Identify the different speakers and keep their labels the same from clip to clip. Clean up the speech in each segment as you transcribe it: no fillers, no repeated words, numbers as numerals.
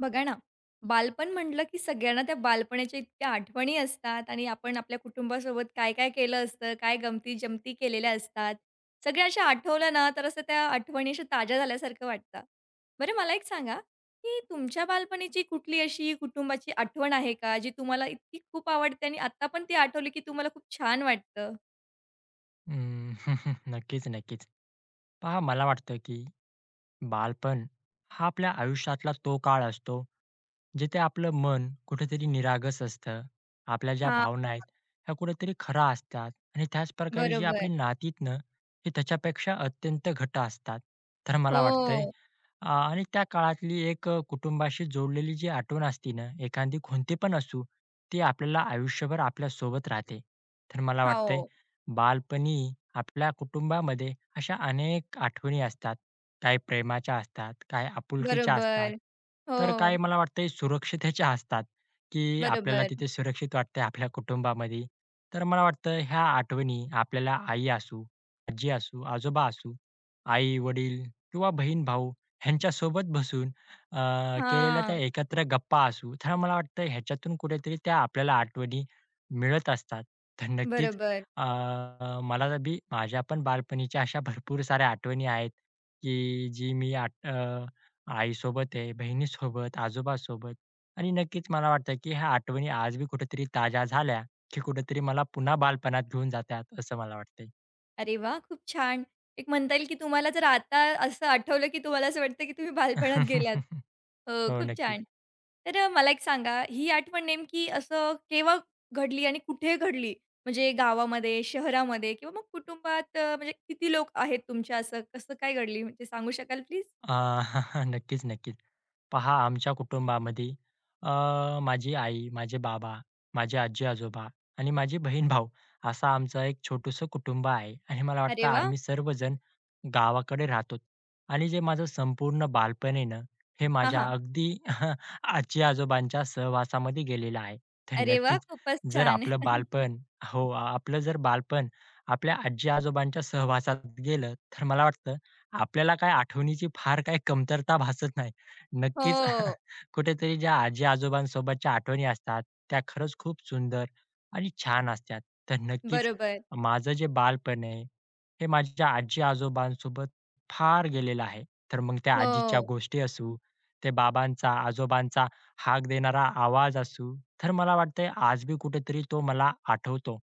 Speaker 1: बघा ना, बालपण म्हटलं की सगळ्यांना त्या बालपणाच्या इतक्या आठवणी असतात आणि आपण आपल्या कुटुंबासोबत काय-काय केलं असतं, काय गमती-जमती केलेल्या असतात. सगळ्या अशा आठवल्या ना, तर असं त्या आठवणी अशा ताज्या झाल्यासारखं वाटतं. बरं मला एक सांगा, की तुमच्या बालपणीची कुठली अशी कुटुंबाची आठवण आहे का, जी तुम्हाला इतकी खूप आवडते आणि आत्ता पण ती आठवली की तुम्हाला खूप छान वाटतं?
Speaker 2: अं, नक्कीच, नक्कीच. पहा मला वाटतं, की बालपण हा आपल्या आयुष्यातला तो काळ असतो, जिथे आपलं मन कुठेतरी निरागस असतं. आपल्या ज्या
Speaker 1: हां,
Speaker 2: भावना आहेत, ह्या कुठेतरी खरा असतात आणि त्याचप्रकारे जी
Speaker 1: बरोबर.
Speaker 2: आपली नातीत ना, हे त्याच्यापेक्षा अत्यंत घट्ट असतात. तर मला वाटतंय
Speaker 1: हो,
Speaker 2: आणि त्या काळातली एक कुटुंबाशी जोडलेली जी आठवण असते ना, एखादी कोणती पण असू, ती आपल्याला आयुष्यभर आपल्यासोबत राहते. तर मला वाटतंय
Speaker 1: हो,
Speaker 2: बालपणी आपल्या कुटुंबामध्ये अशा अनेक आठवणी असतात. काही प्रेमाच्या असतात, काही आपुलकीच्या असतात,
Speaker 1: बरोबर. हो,
Speaker 2: तर काही मला वाटतंय सुरक्षिततेच्या असतात, की आपल्याला
Speaker 1: बरोबर.
Speaker 2: तिथे सुरक्षित वाटतंय आपल्या कुटुंबामध्ये. तर मला वाटतं ह्या आठवणी आपल्याला आई असू, आजी असू, आजोबा असू, आई-वडील किंवा बहीण-भाऊ ह्यांच्यासोबत बसून केलेल्या
Speaker 1: हां,
Speaker 2: त्या एकत्र गप्पा असू, तर मला वाटतं ह्याच्यातून कुठेतरी त्या आपल्याला आठवणी मिळत असतात. तर नक्कीच
Speaker 1: बरोबर.
Speaker 2: अ, मला तर बी माझ्या पण बालपणीच्या अशा भरपूर साऱ्या आठवणी आहेत, की जी मी आईसोबत आहे, बहिणीसोबत, आजोबासोबत आणि नक्कीच मला वाटतं, की ह्या आठवणी आज बी कुठेतरी ताज्या झाल्या, की कुठेतरी मला पुन्हा बालपणात घेऊन जातात असं मला वाटतंय.
Speaker 1: अरे वाह! खूप छान. एक म्हणता येईल, की तुम्हाला जर आता असं आठवलं, की तुम्हाला असं वाटतं, की तुम्ही बालपणात गेलात. हो,
Speaker 2: हो,
Speaker 1: खूप
Speaker 2: नक्कीच.
Speaker 1: छान. तर मला एक सांगा, ही आठवण नेमकी असं केव्हा घडली आणि कुठे घडली? म्हणजे गावामध्ये, शहरामध्ये किंवा मग कुटुंबात म्हणजे किती लोक आहेत तुमच्या? असं कसं काय घडली? म्हणजे सांगू शकाल प्लीज?
Speaker 2: अ, नक्कीच, नक्कीच. पहा आमच्या कुटुंबामध्ये अ, माझी आई, माझे बाबा, माझे आजी-आजोबा आणि माझी बहीण-भाऊ असं आमचं एक छोटुसं कुटुंब आहे आणि मला वाटतं
Speaker 1: अरे वाह!
Speaker 2: आम्ही सर्वजण गावाकडे राहतो आणि जे माझं संपूर्ण बालपण आहे ना, हे
Speaker 1: हां,
Speaker 2: माझ्या
Speaker 1: हां.
Speaker 2: अगदी आजी-आजोबांच्या सहवासामध्ये गेलेलं आहे. तर
Speaker 1: अरे वाह!
Speaker 2: नक्कीच
Speaker 1: खूपच
Speaker 2: जर
Speaker 1: छान.
Speaker 2: आपलं बालपण हो, आपलं जर बालपण आपल्या आजी-आजोबांच्या सहवासात गेलं, तर मला वाटतं आपल्याला काही आठवणीची फार काही कमतरता भासत नाही. नक्कीच
Speaker 1: हो,
Speaker 2: कुठेतरी ज्या आजी-आजोबांसोबतच्या आठवणी असतात, त्या खरंच खूप सुंदर आणि छान असतात. तर नक्कीच
Speaker 1: बरोबर.
Speaker 2: माझं जे बालपण आहे हे माझ्या आजी-आजोबांसोबत फार गेलेलं आहे. तर मग त्या आजीच्या
Speaker 1: हो.
Speaker 2: गोष्टी असू, ते बाबांचा, आजोबांचा हाक देणारा आवाज असू, तर मला वाटतंय आज बी कुठेतरी तो मला आठवतो.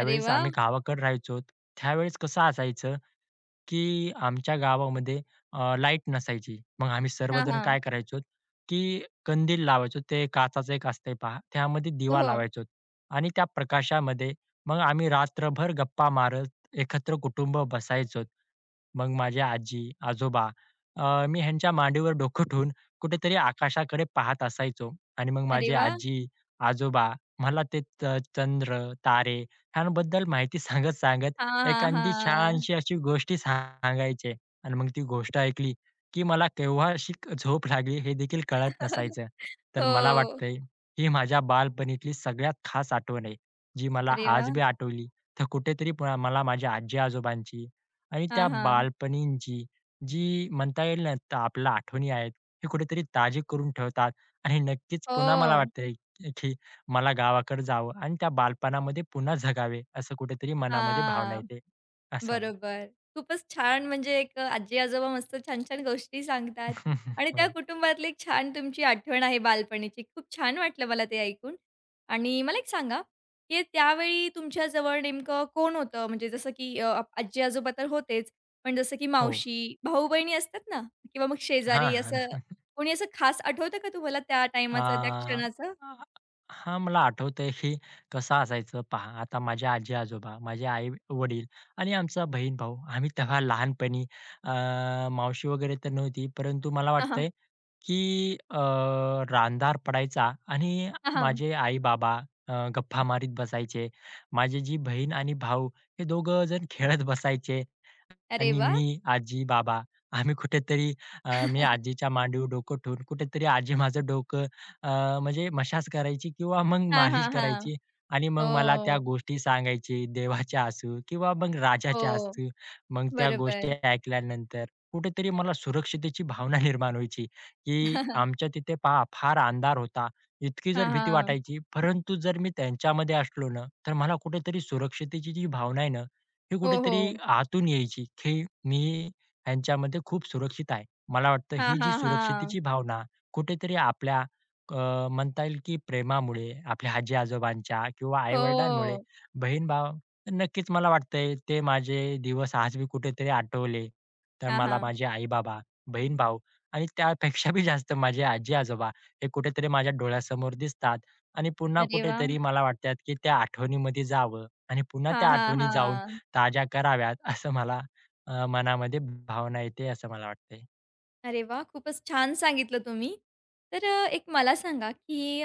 Speaker 1: अरे वाह!
Speaker 2: आम्ही गावाकडे राहायचो, त्यावेळेस कसं असायचं की आमच्या गावामध्ये लाईट नसायची. मग आम्ही
Speaker 1: हां,
Speaker 2: सर्वजण
Speaker 1: हां.
Speaker 2: काय करायचो, की कंदील लावायचो. ते काचाचं एक असतंय पहा, त्यामध्ये
Speaker 1: हो,
Speaker 2: दिवा
Speaker 1: हो.
Speaker 2: लावायचो आणि त्या प्रकाशामध्ये मग आम्ही रात्रभर गप्पा मारत एकत्र कुटुंब बसायचो. मग माझी आजी, आजोबा मी ह्यांच्या मांडीवर डोकं ठेवून कुठेतरी आकाशाकडे पाहत असायचो आणि मग
Speaker 1: अरे
Speaker 2: माझे
Speaker 1: वाह!
Speaker 2: आजी, आजोबा मला ते चंद्र, तारे ह्यांबद्दल माहिती सांगत-सांगत
Speaker 1: हां, हां,
Speaker 2: एखादी
Speaker 1: हां.
Speaker 2: छानशी अशी गोष्टी सांगायचे आणि मग ती गोष्ट ऐकली, की मला केव्हाशी झोप लागली हे देखील कळत नसायचं. तर मला
Speaker 1: हो.
Speaker 2: वाटतंय ही माझ्या बालपणीतली सगळ्यात खास आठवण आहे, जी मला
Speaker 1: अरे
Speaker 2: आज
Speaker 1: वाह!
Speaker 2: बी आठवली तर कुठेतरी पुन्हा मला माझ्या आजी-आजोबांची आणि त्या
Speaker 1: हां, हां.
Speaker 2: बालपणींची जी म्हणता येईल ना, तर आपल्या आठवणी आहेत, हे कुठेतरी ताजे करून ठेवतात आणि नक्कीच पुन्हा मला
Speaker 1: हो.
Speaker 2: वाटतंय, की मला गावाकडे जावं आणि त्या बालपणामध्ये पुन्हा जगावे, असं कुठेतरी मनामध्ये भावना
Speaker 1: हां,
Speaker 2: येते. असं.
Speaker 1: बरोबर. खूपच छान म्हणजे एक आजी-आजोबा मस्त छान-छान गोष्टी सांगतात आणि त्या
Speaker 2: हो.
Speaker 1: कुटुंबातली एक छान तुमची आठवण आहे बालपणीची. खूप छान वाटलं मला ते ऐकून. आणि मला एक सांगा, की त्यावेळी तुमच्या जवळ नेमकं कोण होतं? म्हणजे जसं की आजी-आजोबा तर होतेच, पण जसं की
Speaker 2: हो.
Speaker 1: मावशी, भाऊ-बहिणी असतात ना किंवा मग
Speaker 2: हां,
Speaker 1: शेजारी असं
Speaker 2: हां.
Speaker 1: कोणी असं खास आठवतं का तुम्हाला त्या टाईमाचं, त्या
Speaker 2: अ,
Speaker 1: क्षणाचं?
Speaker 2: हां, मला आठवतंय की कसं असायचं पहा, आता माझे आजी-आजोबा, माझे आई-वडील आणि आमचा बहीण-भाऊ आम्ही तेव्हा लहानपणी अ, मावशी वगैरे तर नव्हती, परंतु मला
Speaker 1: हां, हां.
Speaker 2: वाटतंय की रांधार पडायचा आणि
Speaker 1: हां, हां.
Speaker 2: माझे आई-बाबा गप्पा मारीत बसायचे. माझी जी बहीण आणि भाऊ हे दोघं जण खेळत बसायचे
Speaker 1: अरे
Speaker 2: आणि
Speaker 1: वाह!
Speaker 2: मी, आजी-बाबा आम्ही कुठेतरी मी आजीच्या मांडीवर डोकं ठेवून कुठेतरी आजी माझं डोकं अ, म्हणजे मसाज करायची किंवा मग
Speaker 1: हां,
Speaker 2: मालिश
Speaker 1: हां, हां.
Speaker 2: करायची आणि मग मला त्या
Speaker 1: हो,
Speaker 2: गोष्टी सांगायची. देवाच्या असू किंवा मग राजाच्या
Speaker 1: हो.
Speaker 2: असू. मग त्या गोष्टी
Speaker 1: बरोबर.
Speaker 2: ऐकल्यानंतर कुठेतरी मला सुरक्षिततेची भावना निर्माण व्हायची, की आमच्या तिथे पहा फार अंधार होता. इतकी
Speaker 1: हां,
Speaker 2: जर भीती
Speaker 1: हां.
Speaker 2: वाटायची, परंतु जर मी त्यांच्यामध्ये असलो ना, तर मला कुठेतरी सुरक्षिततेची जी भावना आहे ना हे
Speaker 1: हो,
Speaker 2: कुठेतरी
Speaker 1: हो.
Speaker 2: आतून यायची, की मी ह्यांच्यामध्ये खूप सुरक्षित आहे. मला वाटतं
Speaker 1: हां,
Speaker 2: ही जी
Speaker 1: हां, हां.
Speaker 2: सुरक्षिततेची भावना कुठेतरी आपल्या म्हणता येईल की प्रेमामुळे, आपल्या आजी-आजोबांच्या किंवा आई-वडिलांमुळे,
Speaker 1: हो.
Speaker 2: बहीण-भाव नक्कीच मला वाटतंय ते माझे दिवस आज मी कुठेतरी आठवले, तर
Speaker 1: हां,
Speaker 2: मला
Speaker 1: हां.
Speaker 2: माझे आई-बाबा, बहीण-भाऊ आणि त्यापेक्षा बी जास्त माझे आजी-आजोबा हे कुठेतरी माझ्या डोळ्यासमोर दिसतात आणि पुन्हा
Speaker 1: अरे वाह!
Speaker 2: कुठेतरी मला वाटतात की त्या आठवणीमध्ये जावं आणि पुन्हा
Speaker 1: हां,
Speaker 2: त्या
Speaker 1: हां,
Speaker 2: आठवणी जाऊन
Speaker 1: हां.
Speaker 2: ताज्या कराव्यात असं मला मनामध्ये भावना येते असं मला वाटतंय.
Speaker 1: अरे वा, खूपच छान सांगितलं तुम्ही. तर एक मला सांगा, की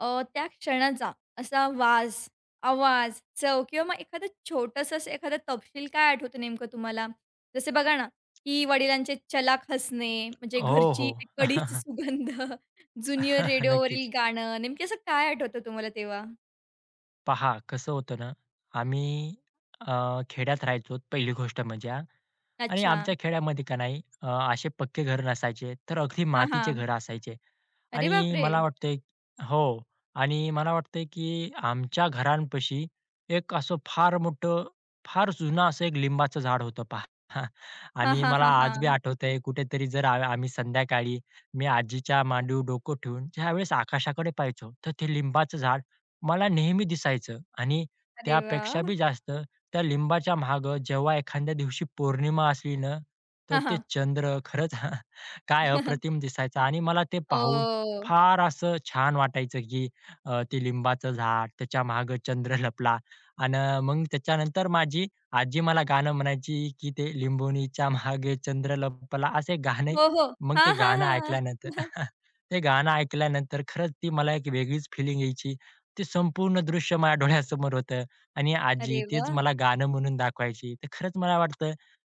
Speaker 1: त्या क्षणाचा असा वाज, आवाज, चव किंवा मग एखादं छोटंसं असं एखादा तपशील काय आठवतं नेमकं तुम्हाला? जसे बघा ना, की वडिलांचे चलाख हसणे, म्हणजे
Speaker 2: हो,
Speaker 1: घरची
Speaker 2: हो.
Speaker 1: कढीची सुगंध, ज्युनियर
Speaker 2: नक्कीच.
Speaker 1: रेडिओवरील गाणं, नेमकं असं काय आठवतं तुम्हाला तेव्हा?
Speaker 2: पहा कसं होतं ना, आम्ही अ, खेड्यात राहायचो पहिली गोष्ट म्हणजे हां. आणि
Speaker 1: अच्छा.
Speaker 2: आमच्या खेड्यामध्ये का नाही असे पक्के घर नसायचे, तर अगदी
Speaker 1: हां,
Speaker 2: मातीचे
Speaker 1: हां.
Speaker 2: घर असायचे.
Speaker 1: अरे
Speaker 2: आणि
Speaker 1: बापरे!
Speaker 2: मला वाटतंय हो. आणि मला वाटतंय, की आमच्या घरांपाशी एक असं फार मोठं, फार जुनं असं एक लिंबाचं झाड होतं पहा.
Speaker 1: हां,
Speaker 2: आणि
Speaker 1: हां,
Speaker 2: मला
Speaker 1: हां,
Speaker 2: आज बी
Speaker 1: हां.
Speaker 2: आठवतंय कुठेतरी जर आम्ही संध्याकाळी मी आजीच्या मांडीवर डोकं ठेवून ज्यावेळेस आकाशाकडे पाहायचो, तर ते लिंबाचं झाड मला नेहमी दिसायचं. आणि
Speaker 1: अरे
Speaker 2: त्यापेक्षा
Speaker 1: वाह!
Speaker 2: बी जास्त त्या लिंबाच्या मागं जेव्हा एखाद्या दिवशी पौर्णिमा असली ना, तर
Speaker 1: हां,
Speaker 2: ते
Speaker 1: हां.
Speaker 2: चंद्र खरंच काय अप्रतिम दिसायचा आणि मला ते पाहून
Speaker 1: हो.
Speaker 2: फार असं छान वाटायचं की ते लिंबाचं झाड, त्याच्या मागं चंद्र लपला आणि मग त्याच्यानंतर माझी आजी मला गाणं म्हणायची की ते लिंबोणीच्या मागे चंद्र लपला असे गाणे.
Speaker 1: हो, हो.
Speaker 2: मग ते
Speaker 1: हां, हां,
Speaker 2: गाणं
Speaker 1: हां.
Speaker 2: ऐकल्यानंतर ते गाणं ऐकल्यानंतर खरंच ती मला एक वेगळीच फिलिंग यायची. ते संपूर्ण दृश्य माझ्या डोळ्यासमोर होतं आणि आजी
Speaker 1: अरे
Speaker 2: तेच
Speaker 1: वाह!
Speaker 2: मला गाणं म्हणून दाखवायची. तर खरंच मला वाटतं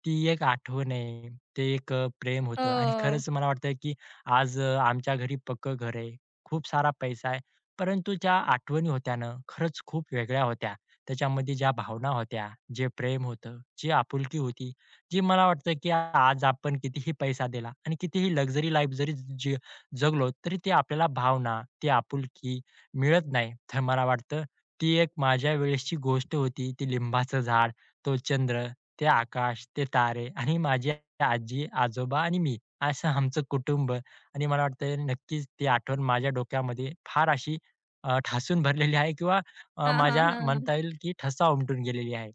Speaker 2: ती एक आठवण आहे, ते एक प्रेम होतं आणि
Speaker 1: हो.
Speaker 2: खरंच मला वाटतं की आज आमच्या घरी पक्कं घर आहे, खूप सारा पैसा आहे. परंतु ज्या आठवणी होत्या ना, खरंच खूप वेगळ्या होत्या. त्याच्यामध्ये ज्या भावना होत्या, जे प्रेम होतं, जी आपुलकी होती, जी मला वाटतं की आज आपण कितीही पैसा दिला आणि कितीही लक्झरी लाईफ जरी जी जगलो, तरी ती आपल्याला भावना, ती आपुलकी मिळत नाही. तर मला वाटतं ती एक माझ्या वेळेसची गोष्ट होती. ती लिंबाचं झाड, तो चंद्र, ते आकाश, ते तारे आणि माझी आजी, आजोबा आणि मी असं आमचं कुटुंब आणि मला वाटतंय नक्कीच ती आठवण माझ्या डोक्यामध्ये फार अशी ठासून भरलेली आहे किंवा
Speaker 1: हां, हां,
Speaker 2: माझ्या
Speaker 1: हां.
Speaker 2: म्हणता येईल की ठसा उमटून गेलेली आहे.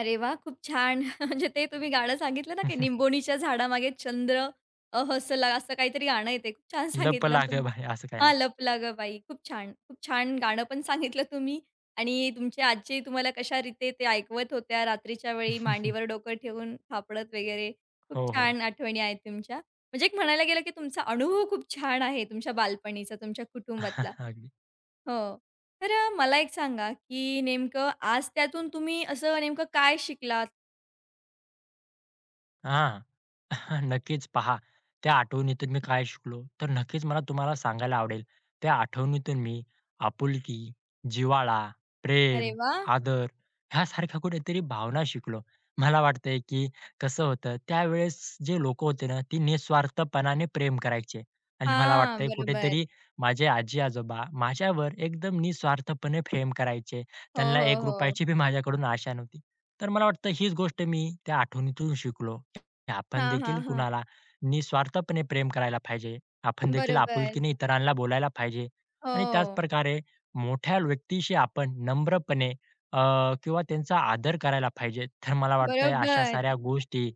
Speaker 1: अरे वाह! खूप छान. म्हणजे ते तुम्ही गाणं सांगितलं ना, की "निंबोणीच्या झाडामागे चंद्र हसला" असं काहीतरी गाणं आहे ते. खूप छान
Speaker 2: लप
Speaker 1: सांगितलं
Speaker 2: लाग
Speaker 1: तुम्ही.
Speaker 2: बाय असं काय
Speaker 1: हां,
Speaker 2: आहे.
Speaker 1: "लपला गं बाई." खूप छान. खूप छान गाणं पण सांगितलं तुम्ही आणि तुमचे आजी तुम्हाला कशा रीते ते ऐकवत होत्या रात्रीच्या वेळी मांडीवर डोकं ठेवून थापडत वगैरे. खूप
Speaker 2: हो, हो.
Speaker 1: छान आठवणी आहेत तुमच्या. म्हणजे एक म्हणायला गेलं, की तुमचा अनुभव खूप छान आहे तुमच्या बालपणीचा, तुमच्या कुटुंबातला.
Speaker 2: अगदी.
Speaker 1: हो. तर मला एक सांगा, की नेमकं आज त्यातून तुम्ही असं नेमकं काय शिकलात?
Speaker 2: हां. नक्कीच पहा, त्या आठवणीतून मी काय शिकलो? तर नक्कीच मला तुम्हाला सांगायला आवडेल. त्या आठवणीतून मी आपुलकी, जिव्हाळा,
Speaker 1: अरे
Speaker 2: प्रेम,
Speaker 1: वाह!
Speaker 2: आदर ह्यासारख्या कुठेतरी भावना शिकलो. मला वाटतंय, की कसं होतं त्यावेळेस जे लोकं होते ना, ती निस्वार्थपणाने प्रेम करायचे आणि मला
Speaker 1: हां,
Speaker 2: वाटतंय
Speaker 1: बरोबर.
Speaker 2: कुठेतरी माझे आजी-आजोबा माझ्यावर एकदम निस्वार्थपणे प्रेम करायचे.
Speaker 1: हो,
Speaker 2: त्यांना
Speaker 1: हो,
Speaker 2: ₹1
Speaker 1: हो.
Speaker 2: ची बी माझ्याकडून आशा नव्हती. तर मला वाटतं हीच गोष्ट मी त्या आठवणीतून शिकलो. आपण
Speaker 1: हां, हां,
Speaker 2: देखील
Speaker 1: हां.
Speaker 2: कुणाला निस्वार्थपणे प्रेम करायला पाहिजे. आपण देखील
Speaker 1: बरोबर.
Speaker 2: आपुलकीने इतरांना बोलायला पाहिजे आणि
Speaker 1: हो,
Speaker 2: त्याच प्रकारे मोठ्या व्यक्तीशी आपण नम्रपणे किंवा त्यांचा आदर करायला पाहिजे. तर मला वाटतंय अशा
Speaker 1: बरोबर.
Speaker 2: साऱ्या गोष्टी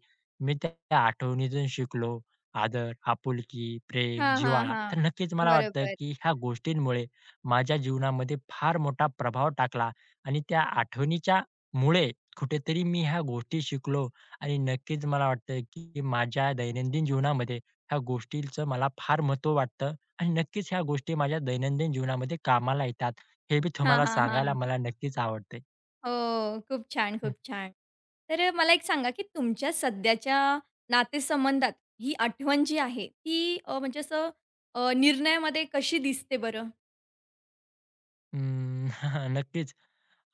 Speaker 2: मी त्या आठवणीतून शिकलो. आदर, आपुलकी, प्रेम,
Speaker 1: हां, हां,
Speaker 2: जिव्हाळा.
Speaker 1: हां.
Speaker 2: तर नक्कीच मला वाटतं,
Speaker 1: बरोबर.
Speaker 2: की ह्या गोष्टींमुळे माझ्या जीवनामध्ये फार मोठा प्रभाव टाकला आणि त्या आठवणीच्या मुळे कुठेतरी मी ह्या गोष्टी शिकलो आणि नक्कीच मला वाटतं, की माझ्या दैनंदिन जीवनामध्ये ह्या गोष्टीचं मला फार महत्त्व वाटतं आणि नक्कीच ह्या गोष्टी माझ्या दैनंदिन जीवनामध्ये कामाला येतात. हे बी
Speaker 1: हां,
Speaker 2: तुम्हाला
Speaker 1: हां,
Speaker 2: सांगायला
Speaker 1: हां.
Speaker 2: मला नक्कीच आवडतंय.
Speaker 1: हो, खूप छान,
Speaker 2: हं,
Speaker 1: खूप छान. तर मला एक सांगा, की तुमच्या सध्याच्या नातेसंबंधात ही आठवण जी आहे, ती म्हणजे असं निर्णयामध्ये कशी दिसते बरं?
Speaker 2: अं, नक्कीच.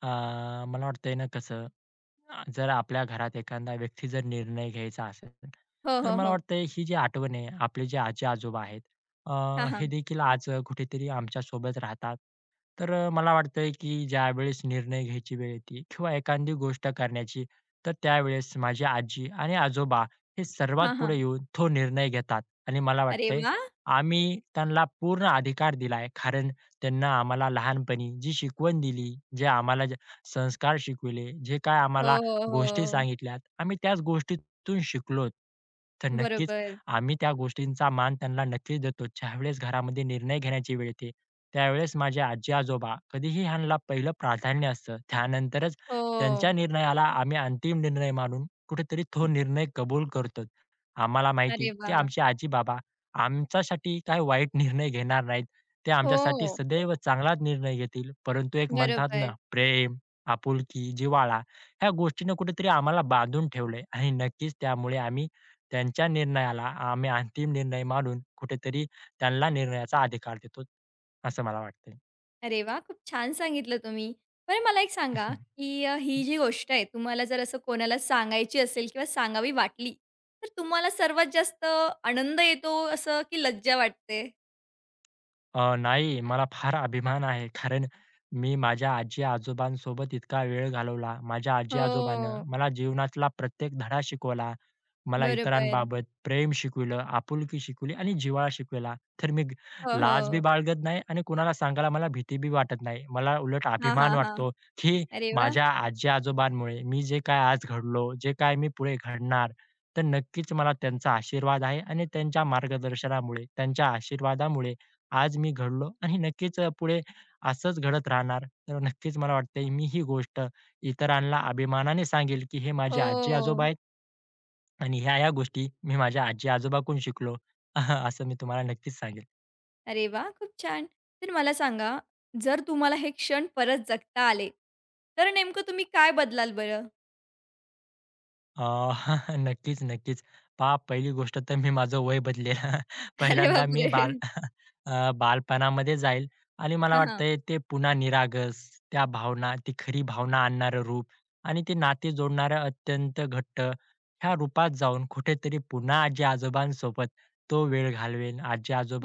Speaker 2: अ, मला वाटतंय ना कसं जर आपल्या घरात एखादा व्यक्ती जर निर्णय घ्यायचा असेल,
Speaker 1: हो,
Speaker 2: तर
Speaker 1: हो,
Speaker 2: मला
Speaker 1: हो.
Speaker 2: वाटतंय ही जी आठवण आहे, आपले जे आजी-आजोबा आहेत, अ,
Speaker 1: हां,
Speaker 2: हे
Speaker 1: हां.
Speaker 2: देखील आज कुठेतरी आमच्यासोबत राहतात. तर मला वाटतंय की ज्यावेळेस निर्णय घ्यायची वेळ येते किंवा एखादी गोष्ट करण्याची, तर त्यावेळेस माझी आजी आणि आजोबा हे सर्वात
Speaker 1: हां, हां.
Speaker 2: पुढे येऊन तो निर्णय घेतात आणि मला
Speaker 1: अरे
Speaker 2: वाटतंय,
Speaker 1: वाह!
Speaker 2: आम्ही त्यांना पूर्ण अधिकार दिलाय. कारण त्यांना आम्हाला लहानपणी जी शिकवण दिली, जे आम्हाला जे संस्कार शिकविले, जे काय आम्हाला
Speaker 1: हो, हो,
Speaker 2: गोष्टी
Speaker 1: हो.
Speaker 2: सांगितल्यात. आम्ही त्याच गोष्टीतून शिकलोत. तर नक्कीच
Speaker 1: बरोबर.
Speaker 2: आम्ही त्या गोष्टींचा मान त्यांना नक्कीच देतो. ज्यावेळेस घरामध्ये निर्णय घेण्याची वेळ येते, त्यावेळेस माझे आजी-आजोबा कधीही ह्यांना पहिलं प्राधान्य असतं. त्यानंतरच त्यांच्या
Speaker 1: हो.
Speaker 2: निर्णयाला आम्ही अंतिम निर्णय मानून कुठेतरी तो निर्णय कबूल करतो. आम्हाला माहिती
Speaker 1: अरे
Speaker 2: की
Speaker 1: वाह!
Speaker 2: आमचे आजी-बाबा आमच्यासाठी काही वाईट निर्णय घेणार नाहीत. ते आमच्यासाठी
Speaker 1: हो,
Speaker 2: सदैव चांगलाच निर्णय घेतील. परंतु एक म्हणतात ना,
Speaker 1: बरोबर.
Speaker 2: प्रेम, आपुलकी, जिव्हाळा ह्या गोष्टीनं कुठेतरी आम्हाला बांधून ठेवलंय आणि नक्कीच त्यामुळे आम्ही त्यांच्या निर्णयाला अंतिम निर्णय मानून कुठेतरी त्यांना निर्णयाचा अधिकार देतो, असं मला वाटतंय.
Speaker 1: अरे वाह! खूप छान सांगितलं तुम्ही. बरं मला एक सांगा, की ही जी गोष्ट आहे तुम्हाला जर असं कोणाला सांगायची असेल किंवा सांगावी वाटली, तर तुम्हाला सर्वात जास्त आनंद येतो असं की लज्जा वाटते?
Speaker 2: नाही, मला फार अभिमान आहे. कारण मी माझ्या आजी-आजोबांसोबत इतका वेळ घालवला. माझ्या आजी-आजोबानं
Speaker 1: हो,
Speaker 2: मला जीवनातला प्रत्येक धडा शिकवला. मला
Speaker 1: बरोबर.
Speaker 2: इतरांबाबत प्रेम शिकविलं, आपुलकी शिकवली आणि जिव्हाळा शिकवला. तर
Speaker 1: हो,
Speaker 2: लाज बी
Speaker 1: हो.
Speaker 2: बाळगत नाही आणि कुणाला सांगायला मला भीती बी वाटत नाही. मला उलट
Speaker 1: हां, हां,
Speaker 2: अभिमान
Speaker 1: हां.
Speaker 2: वाटतो, की
Speaker 1: अरे वाह!
Speaker 2: माझ्या आजी-आजोबांमुळे मी जे काय आज घडलो, जे काय मी पुढे घडणार, तर नक्कीच मला त्यांचा आशीर्वाद आहे आणि त्यांच्या मार्गदर्शनामुळे, त्यांच्या आशीर्वादामुळे आज मी घडलो आणि नक्कीच पुढे असंच घडत राहणार. तर नक्कीच मला वाटतंय मी ही गोष्ट इतरांना अभिमानाने सांगेल, की हे
Speaker 1: हो.
Speaker 2: माझे आजी-आजोबा आहेत आणि ह्या-ह्या गोष्टी मी माझ्या आजी-आजोबाकडून शिकलो. असं मी तुम्हाला नक्कीच सांगेल.
Speaker 1: अरे वाह! खूप छान. तर मला सांगा, जर तुम्हाला हे क्षण परत जगता आले, तर नेमकं तुम्ही काय बदलाल बरं?
Speaker 2: अ, नक्कीच, नक्कीच. पहा पहिली गोष्ट तर मी माझं वय बदलेल.
Speaker 1: अरे
Speaker 2: पहिल्यांदा मी
Speaker 1: बापरे!
Speaker 2: बाल बालपणामध्ये जाईल आणि मला
Speaker 1: हां, हां.
Speaker 2: वाटतंय ते पुन्हा निरागस, त्या भावना, ती खरी भावना आणणारं रूप आणि ते नाते जोडणारं अत्यंत घट्ट ह्या रूपात जाऊन कुठेतरी पुन्हा आजी-आजोबांसोबत तो वेळ घालवेन.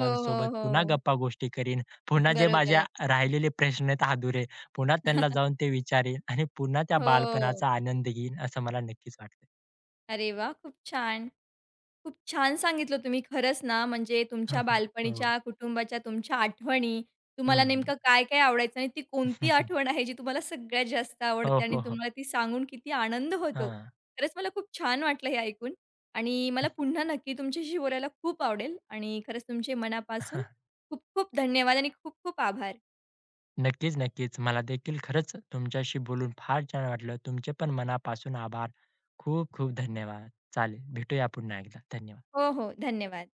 Speaker 1: हो, हो,
Speaker 2: पुन्हा
Speaker 1: हो.
Speaker 2: गप्पा-गोष्टी करीन. पुन्हा जे माझ्या
Speaker 1: बरोबर.
Speaker 2: राहिलेले प्रश्न आहेत अधुरे, पुन्हा त्यांना जाऊन ते विचारेन आणि पुन्हा त्या
Speaker 1: हो.
Speaker 2: बालपणाचा आनंद घेईन, असं मला नक्कीच वाटतं.
Speaker 1: अरे वाह! खूप छान. खूप छान सांगितलं तुम्ही खरंच ना, म्हणजे
Speaker 2: हां,
Speaker 1: तुमच्या
Speaker 2: हां. हो.
Speaker 1: बालपणीच्या, कुटुंबाच्या, तुमच्या आठवणी, तुम्हाला
Speaker 2: हं, हं.
Speaker 1: नेमकं काय-काय आवडायचं आणि ती कोणती आठवण आहे जी तुम्हाला सगळ्यात जास्त
Speaker 2: हो,
Speaker 1: आवडते आणि
Speaker 2: हो, हो.
Speaker 1: तुम्हाला ती सांगून किती आनंद होतो.
Speaker 2: हां.
Speaker 1: खरंच मला खूप छान वाटलं हे ऐकून आणि मला पुन्हा नक्की तुमच्याशी बोलायला खूप आवडेल आणि खरंच तुमचे मनापासून खूप खूप धन्यवाद आणि खूप खूप आभार.
Speaker 2: नक्कीच, नक्कीच. मला देखील खरंच तुमच्याशी बोलून फार छान वाटलं. तुमचे पण मनापासून आभार. खूप खूप धन्यवाद. चालेल, भेटूया पुन्हा एकदा. धन्यवाद.
Speaker 1: हो, हो. धन्यवाद.